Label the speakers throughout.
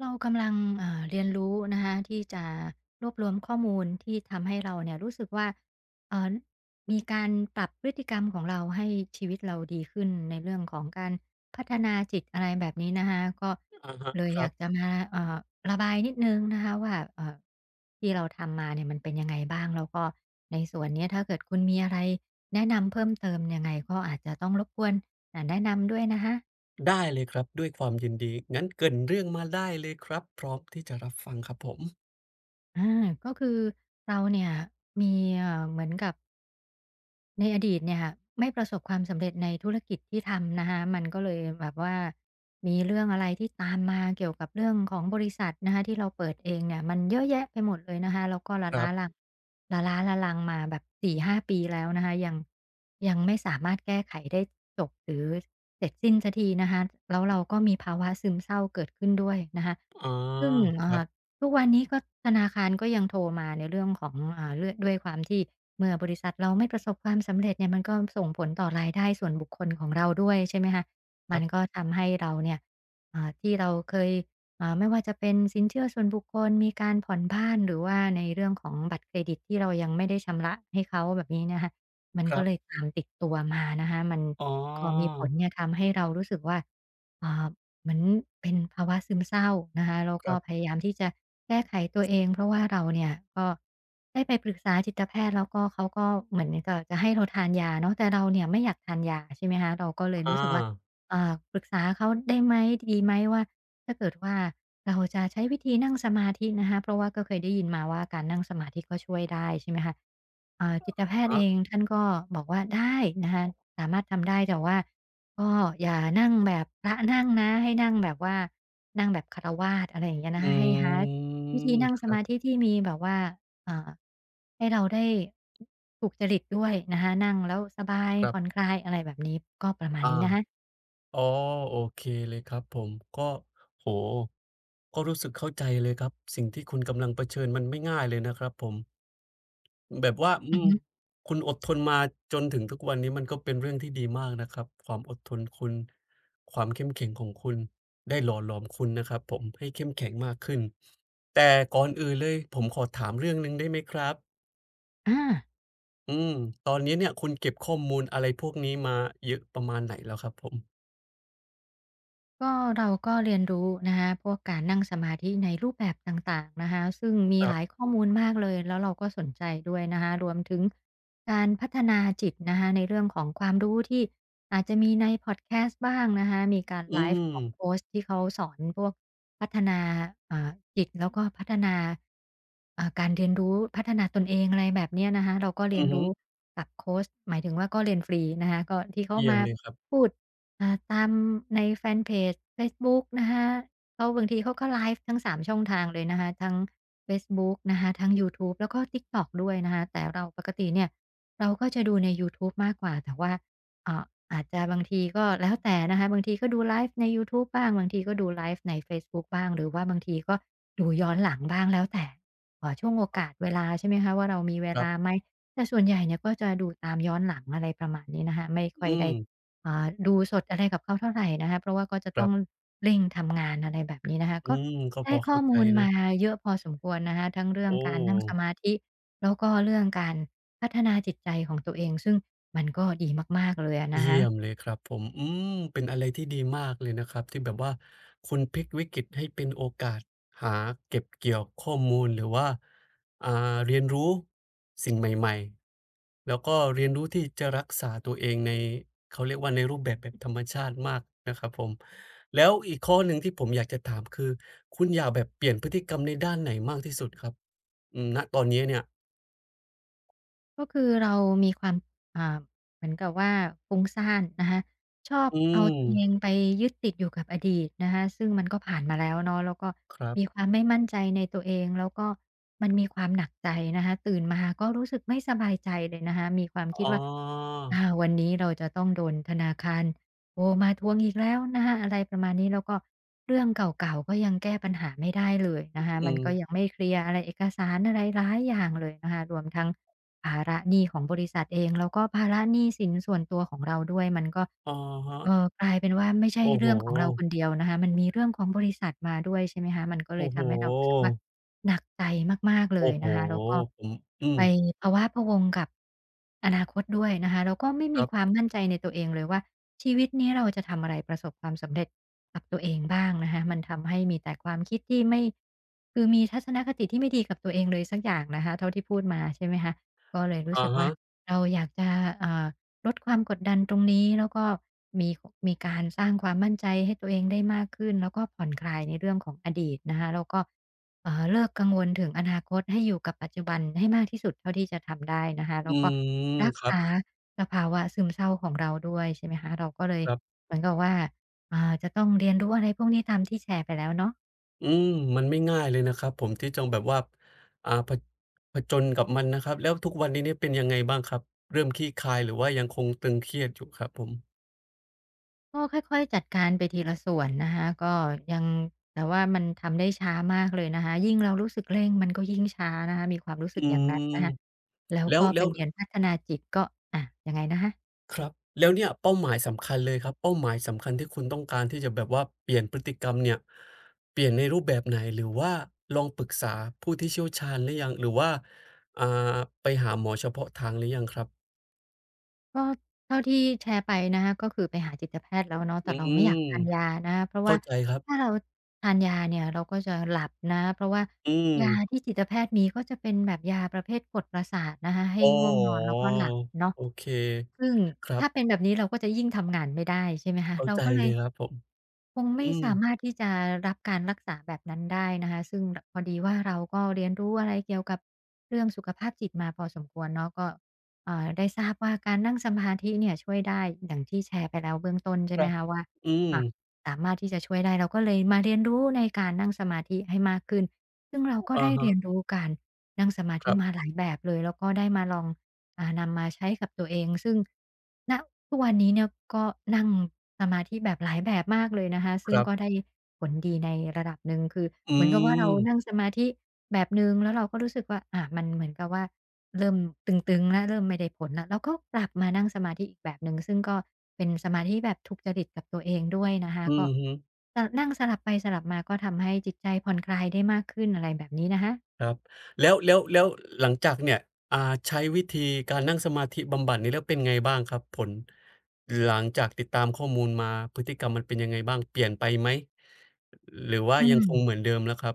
Speaker 1: เรากำลังเรียนรู้นะคะที่จะรวบรวมข้อมูลที่ทำให้เราเนี่ยรู้สึกว่าเอ่อมีการปรับพฤติกรรมของเราให้ชีวิตเราดีขึ้นในเรื่องของการพัฒนาจิตอะไรแบบนี้นะคะก็
Speaker 2: อะฮะ
Speaker 1: เลย
Speaker 2: ค
Speaker 1: อ
Speaker 2: รั
Speaker 1: ยา
Speaker 2: บ
Speaker 1: กจะมาระบายนิดนึงนะคะว่าที่เราทำมาเนี่ยมันเป็นยังไงบ้างแล้วก็ในส่วนเนี้ยถ้าเกิดคุณมีอะไรแนะนำเพิ่มเติมยังไงก็อาจจะต้องรบกวนแนะนำด้วยนะคะ
Speaker 2: ได้เลยครับด้วยความยินดีงั้นเกริ่นเรื่องมาได้เลยครับพร้อมที่จะรับฟังครับผม
Speaker 1: อาก็คือเราเนี่ยมีเหมือนกับในอดีตเนี่ยค่ะไม่ประสบความสำเร็จในธุรกิจที่ทำนะคะมันก็เลยแบบว่ามีเรื่องอะไรที่ตามมาเกี่ยวกับเรื่องของบริษัทนะคะที่เราเปิดเองเนี่ยมันเยอะแยะไปหมดเลยนะคะแล้วก็ละ
Speaker 2: ครั
Speaker 1: ล้าลั
Speaker 2: บ
Speaker 1: งละล้าละลังมาแบบสี่ห้าปีแล้วนะคะยังไม่สามารถแก้ไขได้จบหรือเสร็จสิ้นสักทีนะคะแล้วเราก็มีภาวะซึมเศร้าเกิดขึ้นด้วยนะคะ
Speaker 2: อ๋อ
Speaker 1: ซึ่ง
Speaker 2: ค
Speaker 1: เอ่อ
Speaker 2: ร
Speaker 1: ทุกวันนี้ก็ธนาคารก็ยังโทรมาในเรื่องของเรื่องด้วยความที่เมื่อบริษัทเราไม่ประสบความสำเร็จเนี่ยมันก็ส่งผลต่อรายได้ส่วนบุคคลของเราด้วยใช่ไหมคะมัน
Speaker 2: ั
Speaker 1: ก็ทำให้เราเนี่ยที่เราเคยไม่ว่าจะเป็นสินเชื่อส่วนบุคคลมีการผ่อนบ้านหรือว่าในเรื่องของบัตรเครดิตที่เรายังไม่ได้ชำระให้เขาแบบนี้นะคะมัน
Speaker 2: บ
Speaker 1: ก็
Speaker 2: ๆ
Speaker 1: เลย
Speaker 2: ๆ
Speaker 1: ตามติดตัวมานะคะมัน
Speaker 2: อ๋อ
Speaker 1: ก็มีผลเนี่ยทำให้เรารู้สึกว่าอ่า เหมือนเป็นภาวะซึมเศร้านะคะแล้ว
Speaker 2: ค
Speaker 1: ก็
Speaker 2: รั
Speaker 1: พ
Speaker 2: บ
Speaker 1: ยายามที่จะแก้ไขตัวเองเพราะว่าเราเนี่ยก็ได้ไปปรึกษาจิตแพทย์แล้วก็เขาก็เหมือนกับจะให้เราทานยาเนาะแต่เราเนี่ยไม่อยากทานยาใช่ไหมคะเราก็เลย
Speaker 2: อ
Speaker 1: รู้สึกว่า
Speaker 2: า
Speaker 1: ปรึกษาเขาได้ไหมดีไหมว่าถ้าเกิดว่าเราจะใช้วิธีนั่งสมาธินะคะเพราะว่าก็เคยได้ยินมาว่าการนั่งสมาธิก็ช่วยได้ใช่ไหมคะจิตแพ
Speaker 2: อะ
Speaker 1: ทย์
Speaker 2: ฮะ
Speaker 1: เองท่านก็บอกว่าได้นะคะสามารถทำได้แต่ว่า ก็อย่านั่งแบบพระนั่งนะให้นั่งแบบว่านั่งแบบฆราวาสอะไรอย่างเงี้ยนะ
Speaker 2: อื
Speaker 1: คะให้หา
Speaker 2: ม
Speaker 1: วิธีนั่งสมาธิ
Speaker 2: ค
Speaker 1: ที่มีแบบว่าอ่าให้เราได้ถูกจริตด้วยนะคะนั่งแล้วสบาย
Speaker 2: รั
Speaker 1: ผ่
Speaker 2: บ
Speaker 1: อนค
Speaker 2: ๆ
Speaker 1: ลายอะไรแบบนี้ก็ประมาณ
Speaker 2: อา
Speaker 1: นี้นะคะ
Speaker 2: อ๋อโอเคเลยครับผมก็โอ้โฮก็รู้สึกเข้าใจเลยครับสิ่งที่คุณกำลังเผชิญมันไม่ง่ายเลยนะครับผม แบบว่า
Speaker 1: อือฮึ
Speaker 2: คุณอดทนมาจนถึงทุกวันนี้มันก็เป็นเรื่องที่ดีมากนะครับความอดทนคุณความเข้มแข็งของคุณได้หล่อหลอมคุณนะครับผมให้เข้มแข็งมากขึ้นแต่ก่อนอื่นเลยผมขอถามเรื่องหนึ่งได้ไหมครับ
Speaker 1: อา
Speaker 2: อืมตอนนี้เนี่ยคุณเก็บข้อมูลอะไรพวกนี้มาเยอะประมาณไหนแล้วครับผม
Speaker 1: ก็เราก็เรียนรู้นะคะพวกการนั่งสมาธิในรูปแบบต่างๆนะคะซึ่งมี
Speaker 2: ค
Speaker 1: ห
Speaker 2: รั
Speaker 1: ลาย
Speaker 2: บ
Speaker 1: ข้อมูลมากเลยแล้วเราก็สนใจด้วยนะคะรวมถึงการพัฒนาจิตนะคะในเรื่องของความรู้ที่อาจจะมีในพอดแคสต์บ้างนะคะมีการ
Speaker 2: อื
Speaker 1: ไลฟ์
Speaker 2: ม
Speaker 1: ของโค้ชที่เขาสอนพวกพัฒนาเอ่อจิตแล้วก็พัฒนาการเรียนรู้พัฒนาตนเองอะไรแบบเนี้ยนะคะเราก็เรีย
Speaker 2: อื
Speaker 1: น
Speaker 2: อฮึ
Speaker 1: รู้กับโค้ชหมายถึงว่าก็เรียนฟรีนะคะก็ที่เขา
Speaker 2: เยี่ย
Speaker 1: มา
Speaker 2: มเลยครับ
Speaker 1: พูด ตามในแฟนเพจเฟซบุ๊กนะคะเขาบางทีเขาก็ไลฟ์ทั้ง3ช่องทางเลยนะคะทั้งเฟซบุ๊กนะคะทั้งยูทูบแล้วก็ TikTok ด้วยนะคะแต่เราปกติเนี่ยเราก็จะดูในยูทูบมากกว่าแต่ว่าอ่าอาจจะบางทีก็แล้วแต่นะคะบางทีก็ดูไลฟ์ในยูทูบบ้างบางทีก็ดูไลฟ์ในเฟซบุ๊กบ้างหรือว่าบางทีก็ดูย้อนหลังบ้างแล้วแต่ช่วงโอกาสเวลาใช่ไหมคะว่าเรามีเว
Speaker 2: ครับ
Speaker 1: ลาไหมแต่ส่วนใหญ่เนี่ยก็จะดูตามย้อนหลังอะไรประมาณนี้นะคะไม่ค่อย
Speaker 2: อื
Speaker 1: ได้
Speaker 2: ม
Speaker 1: ดูสดอะไรกับเขาเท่าไหร่นะคะเพราะว่าก็จะ
Speaker 2: ค
Speaker 1: ต้
Speaker 2: รั
Speaker 1: อง
Speaker 2: บ
Speaker 1: เร่งทำงานอะไรแบบนี้นะคะ
Speaker 2: อื
Speaker 1: ก็
Speaker 2: มก็พ
Speaker 1: ได้
Speaker 2: อ
Speaker 1: ข้อ
Speaker 2: เข้าใจ
Speaker 1: มูล
Speaker 2: นะ
Speaker 1: มาเยอะพอสมควรนะคะทั้งเรื่อ
Speaker 2: โอ
Speaker 1: งการนั่งส
Speaker 2: ้
Speaker 1: มาธิแล้วก็เรื่องการพัฒนาจิตใจของตัวเองซึ่งมันก็ดีมากๆเลยอะนะคะ
Speaker 2: เยี่ยมเลยครับผมอืมเป็นอะไรที่ดีมากเลยนะครับที่แบบว่าคุณพลิกวิกฤตให้เป็นโอกาสหาเก็บเกี่ยวข้อมูลหรือว่าอ่าเรียนรู้สิ่งใหม่ๆแล้วก็เรียนรู้ที่จะรักษาตัวเองในเขาเรียกว่าในรูปแบบแบบธรรมชาติมากนะครับผมแล้วอีกข้อหนึ่งที่ผมอยากจะถามคือคุณอยากแบบเปลี่ยนพฤติกรรมในด้านไหนมากที่สุดครับณตอนนี้เนี่ย
Speaker 1: ก็คือเรามีความอ่าเหมือนกับว่าฟุ้งซ่านนะคะชอบ
Speaker 2: อื
Speaker 1: เอาอ
Speaker 2: ม
Speaker 1: ตืัอืวเอมงไปยึดติดอยู่กับอดีตนะคะซึ่งมันก็ผ่านมาแล้วเนาะแล้วก็
Speaker 2: ครั
Speaker 1: มีค
Speaker 2: บ
Speaker 1: วามไม่มั่นใจในตัวเองแล้วก็มันมีความหนักใจนะคะตื่นมาก็รู้สึกไม่สบายใจเลยนะคะมีความคิด
Speaker 2: อ๋อ
Speaker 1: ว่าอาวันนี้เราจะต้องโดนธนาคารโอมาทวงอีกแล้วนะคะอะไรประมาณนี้แล้วก็เรื่องเก่าๆก็ยังแก้ปัญหาไม่ได้เลยนะคะมั
Speaker 2: อื
Speaker 1: น
Speaker 2: ม
Speaker 1: ก็ยังไม่เคลียร์อะไรเอกสารอะไรหลายอย่างเลยนะคะรวมทั้ง ภาระหนี้ของบริษัทเองแล้วก็ภาระหนี้สินส่วนตัวของเราด้วยมันก็
Speaker 2: อะฮะ
Speaker 1: กลายเป็นว่าไม่ใช่
Speaker 2: โอ้โฮ
Speaker 1: เรื่องของเราคนเดียวนะคะมันมีเรื่องของบริษัทมาด้วยใช่ไหมคะมันก็เลย
Speaker 2: โอ้โฮ
Speaker 1: ทำให้เรารู้สึกว่าหนักใจมากๆเล
Speaker 2: โอ้
Speaker 1: ย
Speaker 2: โฮ
Speaker 1: นะคะแล้วก็
Speaker 2: ผมอื
Speaker 1: ไป
Speaker 2: ม
Speaker 1: พะว้าพะวังกับอนาคตด้วยนะคะแล้วก็ไม่
Speaker 2: ค
Speaker 1: มี
Speaker 2: รั
Speaker 1: ความ
Speaker 2: บ
Speaker 1: มั่นใจในตัวเองเลยว่าชีวิตนี้เราจะทำอะไรประสบความสำเร็จกับตัวเองบ้างนะคะมันทำให้มีแต่ความคิดที่ไม่คือมีทัศนคติที่ไม่ดีกับตัวเองเลยสักอย่างนะคะเท่าที่พูดมาใช่ไหมคะ ก็เลยรู้
Speaker 2: อะ
Speaker 1: สึกว่า
Speaker 2: ฮะ
Speaker 1: เราอยากจะอ่าลดความกดดันตรงนี้แล้วก็มีขมีการสร้างความมั่นใจให้ตัวเองได้มากขึ้นแล้วก็ผ่อนคลายในเรื่องของอดีตนะคะแล้วก็เลิกกังวลถึงอนาคตให้อยู่กับปัจจุบันให้มากที่สุดเท่าที่จะทำได้นะคะแล้
Speaker 2: อื
Speaker 1: วก็
Speaker 2: ม
Speaker 1: รัก
Speaker 2: ครับ
Speaker 1: ษาสภาวะซึมเศร้าของเราด้วยใช่ไหมคะเราก็เลย
Speaker 2: ครับ
Speaker 1: เหมือนกับว่าจะต้องเรียนรู้อะไรพวกนี้ตามที่แชร์ไปแล้วเนาะ
Speaker 2: อืมมันไม่ง่ายเลยนะครับผมที่จะแบบว่าอ่าผผจญกับมันนะครับแล้วทุกวันนี้เนี่ยเป็นยังไงบ้างครับเริ่มคลี่คลายหรือว่ายังคงตึงเครียดอยู่ครับผม
Speaker 1: ก็ค่อยๆจัดการไปทีละส่วนนะคะก็ยังแต่ว่ามันทำได้ช้ามากเลยนะคะยิ่งเรารู้สึกเร่งมันก็ยิ่งช้านะคะมีความรู้สึ
Speaker 2: อื
Speaker 1: กอย่างนั้น
Speaker 2: ม
Speaker 1: นะคะแล้ว
Speaker 2: แล้ว
Speaker 1: ก็ไป
Speaker 2: แล้ว
Speaker 1: เรียนพัฒนาจิตก็อะยังไงนะคะ
Speaker 2: ครับแล้วเนี่ยเป้าหมายสำคัญเลยครับเป้าหมายสำคัญที่คุณต้องการที่จะแบบว่าเปลี่ยนพฤติกรรมเนี่ยเปลี่ยนในรูปแบบไหนหรือว่าลองปรึกษาผู้ที่เชี่ยวชาญหรือยังหรือว่าอ่าไปหาหมอเฉพาะทางหรือยังครับ
Speaker 1: ก็เท่าที่แชร์ไปนะคะก็คือไปหาจิตแพทย์แล้วเนาะแต่
Speaker 2: อื
Speaker 1: เราไม่
Speaker 2: ม
Speaker 1: อยากทานยานะะเพราะ
Speaker 2: เข้า
Speaker 1: ว่า
Speaker 2: ใจครั
Speaker 1: ถ้า
Speaker 2: บ
Speaker 1: เราทานยาเนี่ยเราก็จะหลับนะเพราะว่า
Speaker 2: อืม
Speaker 1: ยาที่จิตแพทย์มีก็จะเป็นแบบยาประเภทกดประสาทนะคะให้
Speaker 2: อ๋
Speaker 1: ง่วงนอนแล้ว
Speaker 2: อ
Speaker 1: ก็หลับเนาะ
Speaker 2: โอเค
Speaker 1: ซึ่ง
Speaker 2: ครั
Speaker 1: ถ้าเป็น
Speaker 2: บ
Speaker 1: แบบนี้เราก็จะยิ่งทำงานไม่ได้ใช่ไหมคะ
Speaker 2: เข้า
Speaker 1: เรา
Speaker 2: ใจ
Speaker 1: ก็เล
Speaker 2: เล
Speaker 1: ย
Speaker 2: ยครับผม
Speaker 1: คงไม่
Speaker 2: อืม
Speaker 1: สามารถที่จะรับการรักษาแบบนั้นได้นะคะซึ่งพอดีว่าเราก็เรียนรู้อะไรเกี่ยวกับเรื่องสุขภาพจิตมาพอสมควรเนาะก็ได้ทราบว่าการนั่งสมาธิเนี่ยช่วยได้อย่างที่แชร์ไปแล้วเบื้องต้น
Speaker 2: ค
Speaker 1: ใช่ไหม
Speaker 2: รับ
Speaker 1: คะว่า
Speaker 2: อืม
Speaker 1: อ่าสามารถที่จะช่วยได้เราก็เลยมาเรียนรู้ในการนั่งสมาธิให้มากขึ้นซึ่งเราก็
Speaker 2: อะ
Speaker 1: ได้เรี
Speaker 2: ฮะ
Speaker 1: ยนรู้การ นั่งสมา
Speaker 2: ค
Speaker 1: ธิ
Speaker 2: รั
Speaker 1: มา
Speaker 2: บ
Speaker 1: หลายแบบเลยแล้วก็ได้มาลองนำมาใช้กับตัวเองซึ่งณทุกวันนี้เนี่ยก็นั่งสมาธิแบบหลายแบบมากเลยนะคะ
Speaker 2: ค
Speaker 1: ซึ่ง
Speaker 2: รั
Speaker 1: ก็ได้
Speaker 2: บ
Speaker 1: ผลดีในระดับหนึ่งคือ
Speaker 2: อื
Speaker 1: เหมือนกับว่าเรานั่ง
Speaker 2: ม
Speaker 1: สมาธิแบบหนึ่งแล้วเราก็รู้สึกว่ามันเหมือนกับว่าเริ่มตึงๆแล้วเริ่มไม่ได้ผลแล้วเราก็กลับมานั่งสมาธิอีกแบบหนึ่งซึ่งก็เป็นสมาธิแบบถูกจริตกับตัวเองด้วยนะคะ
Speaker 2: อื
Speaker 1: ก็
Speaker 2: อฮึ
Speaker 1: จะนั่งสลับไปสลับมาก็ทำให้จิตใจผ่อนคลายได้มากขึ้นอะไรแบบนี้นะคะ
Speaker 2: ครับแล้วหลังจากเนี่ยอ่าใช้วิธีการนั่งสมาธิบำบัดนี้แล้วเป็นไงบ้างครับผลหลังจากติดตามข้อมูลมาพฤติกรรมมันเป็นยังไงบ้างเปลี่ยนไปไหมหรือว่า
Speaker 1: อื
Speaker 2: ยังคงเหมือ
Speaker 1: ม
Speaker 2: นเดิมแล้วครับ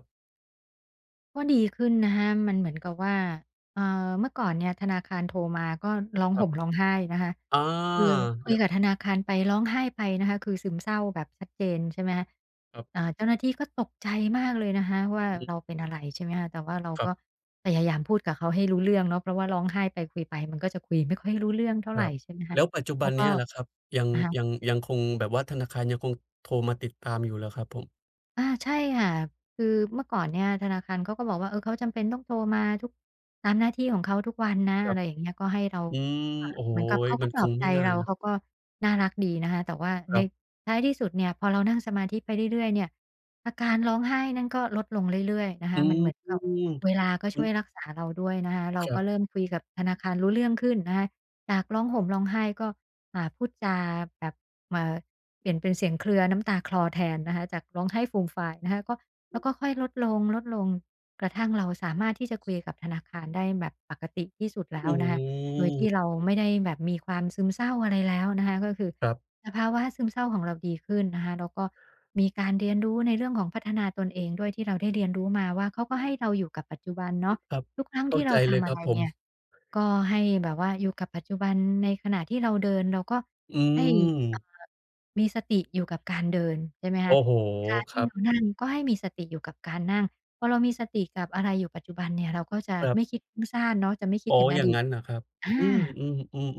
Speaker 1: ก็ดีขึ้นนะคะมันเหมือนกับว่าเอ่อเมื่อก่อนเนี่ยธนาคารโทรมาก็ร้อง
Speaker 2: ครั
Speaker 1: ห่มร้อ
Speaker 2: บ
Speaker 1: งไห้นะคะ
Speaker 2: อา
Speaker 1: คือคุย
Speaker 2: แล้ว
Speaker 1: กับธนาคารไปร้องไห้ไปนะคะคือซึมเศร้าแบบชัดเจนใช่ไหมคะ
Speaker 2: ครับ
Speaker 1: เจ้าหน้าที่ก็ตกใจมากเลยนะคะว่า
Speaker 2: อื
Speaker 1: เรา
Speaker 2: ม
Speaker 1: เป็นอะไรใช่ไหมคะแต่ว่าเรา
Speaker 2: ครั
Speaker 1: ก็
Speaker 2: บ
Speaker 1: พยายามพูดกับเขาให้รู้เรื่องเนาะเพราะว่าร้องไห้ไปคุยไปมันก็จะคุยไม่ค่อยรู้เรื่องเท่าไรใช่ไหม
Speaker 2: ๆ
Speaker 1: คะ
Speaker 2: แล้วปัจจุบั
Speaker 1: เขา
Speaker 2: น
Speaker 1: ก็
Speaker 2: เนี้ยล่ะครับยัง
Speaker 1: อ่า
Speaker 2: ยังยังคงแบบว่าธนาคารยังคงโทรมาติดตามอยู่เหรอครับผม
Speaker 1: อาใช่ค่ะคือเมื่อก่อนเนี่ยธนาคารเขาก็บอกว่าเออเขาจำเป็นต้องโทรมาทุกตามหน้าที่ของเขาทุกวันนะ
Speaker 2: ครั
Speaker 1: อะ
Speaker 2: บ
Speaker 1: ไรอย่างเงี้ยก็ให้เรา
Speaker 2: อืมโอ้โฮ
Speaker 1: เหมือนกับเขาก็
Speaker 2: มัน
Speaker 1: ปล
Speaker 2: ค
Speaker 1: อบ
Speaker 2: ง
Speaker 1: ใจ
Speaker 2: ไม่ง่าย
Speaker 1: เรา
Speaker 2: นะ
Speaker 1: เขาก็น่ารักดีนะคะแต่ว่า
Speaker 2: ค
Speaker 1: ใน
Speaker 2: รับ
Speaker 1: ท้ายที่สุดเนี่ยพอเรานั่งสมาธิไปเรื่อยๆเนี่ยอาการร้องไห้นั่นก็ลดลงเรื่อยๆนะคะ
Speaker 2: อื
Speaker 1: มัน
Speaker 2: ม
Speaker 1: เหมือนกับเวลาก็
Speaker 2: คุ
Speaker 1: ช่
Speaker 2: ณ
Speaker 1: วยรักษาเราด้วยนะคะเรา
Speaker 2: ครั
Speaker 1: ก็
Speaker 2: บ
Speaker 1: เริ่มคุยกับธนาคารรู้เรื่องขึ้นนะคะ จากร้องห่มร้องไห้ก็พูดจาแบบมาเปลี่ยนเป็นเสียงเครือน้ำตาคลอแทนนะคะจากร้องไห้ฟูมฟายนะคะก็แล้วก็ค่อยลดลงลดลงกระทั่งเราสามารถที่จะคุยกับธนาคารได้แบบปกติที่สุดแล้ว
Speaker 2: อื
Speaker 1: นะคะโดยที่เรา
Speaker 2: ม
Speaker 1: ไม่ได้แบบมีความซึมเศร้าอะไรแล้วนะคะก็คือ
Speaker 2: ครับ
Speaker 1: สภาวะซึมเศร้าของเราดีขึ้นนะคะแล้วก็มีการเรียนรู้ในเรื่องของพัฒนาตนเองด้วยที่เราได้เรียนรู้มาว่าเขาก็ให้เราอยู่กับปัจจุบันเนาะ
Speaker 2: ครับ
Speaker 1: ทุกครั้ง
Speaker 2: เข้า
Speaker 1: ที่เรา
Speaker 2: ใจเลย
Speaker 1: ทำ
Speaker 2: ค
Speaker 1: อะ
Speaker 2: รั
Speaker 1: ไร
Speaker 2: บผ
Speaker 1: เนี่ย
Speaker 2: ม
Speaker 1: ก็ให้แบบว่าอยู่กับปัจจุบันในขณะที่เราเดินเราก็
Speaker 2: อื
Speaker 1: ให้อ่า
Speaker 2: ม
Speaker 1: มีสติอยู่กับการเดินใช่ไหมคะ
Speaker 2: โอ้โฮ
Speaker 1: เวลา
Speaker 2: ค
Speaker 1: ที่
Speaker 2: รับ
Speaker 1: เรานั่งก็ให้มีสติอยู่กับการนั่งพอเรามีสติกับอะไรอยู่ปัจจุบันเนี่ยเราก็จะ
Speaker 2: ครั
Speaker 1: ไม่
Speaker 2: บ
Speaker 1: คิดฟุ้งซ่านเนาะจะไม่คิด
Speaker 2: อ๋อ
Speaker 1: ถึงอ
Speaker 2: อย่า
Speaker 1: ดี
Speaker 2: ง
Speaker 1: ต
Speaker 2: งั้นเหรอครับ
Speaker 1: อา
Speaker 2: อืมอื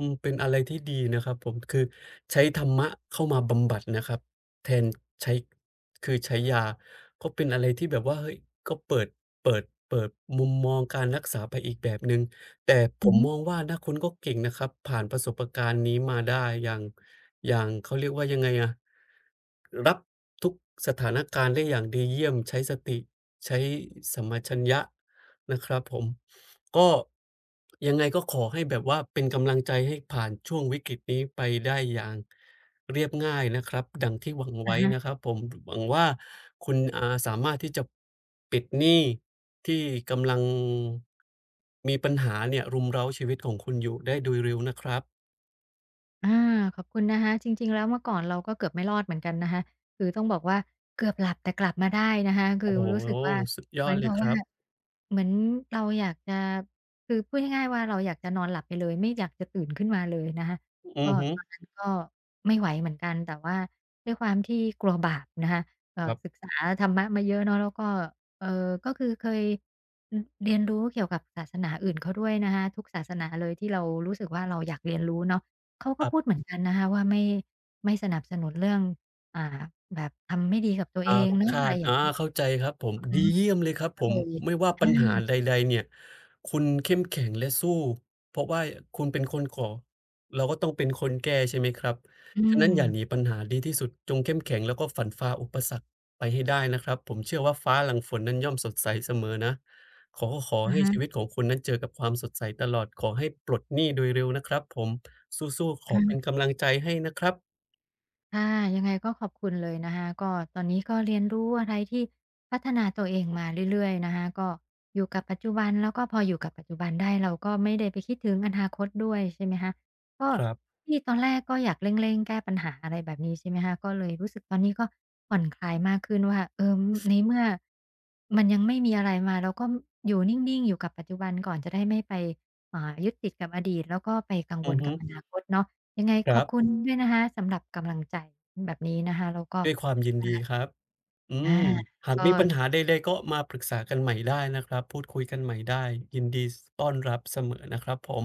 Speaker 2: มๆๆเป็นอะไรที่ดีนะครับผมคือใช้ธรรมะเข้ามาบำบัดนะครับแทนใช้คือใช้ยาก็เป็นอะไรที่แบบว่าเฮ้ยก็เปิดเปิดมุมมองการรักษาไปอีกแบบหนึ่งแต่ผ
Speaker 1: อือ
Speaker 2: ม
Speaker 1: ฮึ
Speaker 2: มองว่านะคุณก็เก่งนะครับผ่านประสบการณ์นี้มาได้อย่างอย่างเขาเรียกว่ายังไงอะรับทุกสถานการณ์ได้อย่างดีเยี่ยมใช้สติใช้สัมปชัญญะนะครับผม ก็ยังไงก็ขอให้แบบว่าเป็นกำลังใจให้ผ่านช่วงวิกฤตนี้ไปได้อย่างเรียบง่ายนะครับดังที่หวัง
Speaker 1: อะ
Speaker 2: ไว้
Speaker 1: ฮะ
Speaker 2: นะครับผมหวังว่าคุณสามารถที่จะปิดหนี้ที่กำลังมีปัญหาเนี่ยรุมเร้าชีวิตของคุณอยู่ได้โดยเร็วนะครับ
Speaker 1: อาขอบคุณนะคะจริงๆแล้วเมื่อก่อนเราก็เกือบไม่รอดเหมือนกันนะคะคือต้องบอกว่าเกือบหลับแต่กลับมาได้นะคะคือ
Speaker 2: โอ้โฮ
Speaker 1: รู้สึกว่า
Speaker 2: สุดย
Speaker 1: เห
Speaker 2: อ
Speaker 1: มือ
Speaker 2: ด
Speaker 1: น
Speaker 2: เล
Speaker 1: กั
Speaker 2: ย
Speaker 1: บ
Speaker 2: ค
Speaker 1: ว่า
Speaker 2: รับ
Speaker 1: เหมือนเราอยากจะคือพูดง่ายๆว่าเราอยากจะนอนหลับไปเลยไม่อยากจะตื่นขึ้นมาเลยนะคะ
Speaker 2: อื
Speaker 1: ก็
Speaker 2: อฮึ
Speaker 1: ตอนนั้นก็ไม่ไหวเหมือนกันแต่ว่าด้วยความที่กลัวบาปนะคะ
Speaker 2: ครั
Speaker 1: ศึก
Speaker 2: บ
Speaker 1: ษาธรรมะมาเยอะเนาะแล้วก็ก็คือเคยอือเรียนรู้เกี่ยวกับศาสนาอื่นเขาด้วยนะคะทุกศาสนาเลยที่เรารู้สึกว่าเราอยากเรียนรู้เนาะ เขาก็พูด
Speaker 2: อ
Speaker 1: เหมือนกันนะคะว่าไม่สนับสนุนเรื่องอ่าแบบทำไม่ดีกับตัว
Speaker 2: อา
Speaker 1: เองเนาะ
Speaker 2: รำคา
Speaker 1: อะไร
Speaker 2: ญ
Speaker 1: อย่าง
Speaker 2: อา
Speaker 1: เงี้ย
Speaker 2: เข้าใจครับผม
Speaker 1: อือฮึ
Speaker 2: ดีเยี่ยมเลยครับ
Speaker 1: ก็
Speaker 2: ผ
Speaker 1: เล
Speaker 2: ม
Speaker 1: ย
Speaker 2: ไม่ว่า
Speaker 1: อา
Speaker 2: ปัญหาใดๆเนี่ยคุณเข้มแข็งและสู้เพราะว่าคุณเป็นคนก่อเราก็ต้องเป็นคนแก้ใช่ไหมครับ
Speaker 1: อื
Speaker 2: ฉะนั้น
Speaker 1: ม
Speaker 2: อย่าหนีปัญหาดีที่สุดจงเข้มแข็งแล้วก็ฝ่นฟ้าอุปสรรคไปให้ได้นะครับผมเชื่อว่าฟ้าหลังฝนนั้นย่อมสดใสเสมอนะขอ
Speaker 1: อะ
Speaker 2: ให้ชีวิต
Speaker 1: ฮะ
Speaker 2: ของคุณนั้นเจอกับความสดใสตลอดขอให้ปลดหนี้โดยเร็วนะครับผมสู้ๆขอเป็น
Speaker 1: อา
Speaker 2: กำลังใจให้นะครับ
Speaker 1: ค่ะยังไงก็ขอบคุณเลยนะคะก็ตอนนี้ก็เรียนรู้อะไรที่พัฒนาตัวเองมาเรื่อยๆนะคะก็อยู่กับปัจจุบันแล้วก็พออยู่กับปัจจุบันได้เราก็ไม่ได้ไปคิดถึงอนาคตด้วยใช่ไหมคะก็
Speaker 2: ครับ
Speaker 1: ที่ตอนแรกก็อยากเร่งๆแก้ปัญหาอะไรแบบนี้ใช่ไหมคะก็เลยรู้สึกตอนนี้ก็ผ่อนคลายมากขึ้นว่าเออในเมื่อมันยังไม่มีอะไรมาเราก็อยู่นิ่งๆอยู่กับปัจจุบันก่อนจะได้ไม่ไปยึดติดกับอดีตแล้วก็ไปกังว
Speaker 2: อื
Speaker 1: ล
Speaker 2: อ
Speaker 1: กั
Speaker 2: ฮึ
Speaker 1: บอนาคตเนาะ ยังไง
Speaker 2: ค
Speaker 1: ขอ
Speaker 2: รั
Speaker 1: บคุณ
Speaker 2: บ
Speaker 1: ด้วยนะคะสำหรับกำลังใจแบบนี้นะคะแล้วก็
Speaker 2: ด้วยความยินดี
Speaker 1: อ่า
Speaker 2: ครับ อื
Speaker 1: อา
Speaker 2: มหาก
Speaker 1: ก็
Speaker 2: มีปัญหาใดๆก็มาปรึกษากันใหม่ได้นะครับพูดคุยกันใหม่ได้ยินดีสต้อนรับเสมอนะครับผม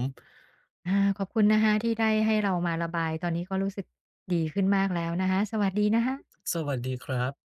Speaker 1: อาขอบคุณนะคะที่ได้ให้เรามาระบายตอนนี้ก็รู้สึกดีขึ้นมากแล้วนะคะสวัสดีนะคะ
Speaker 2: สวัสดีครับ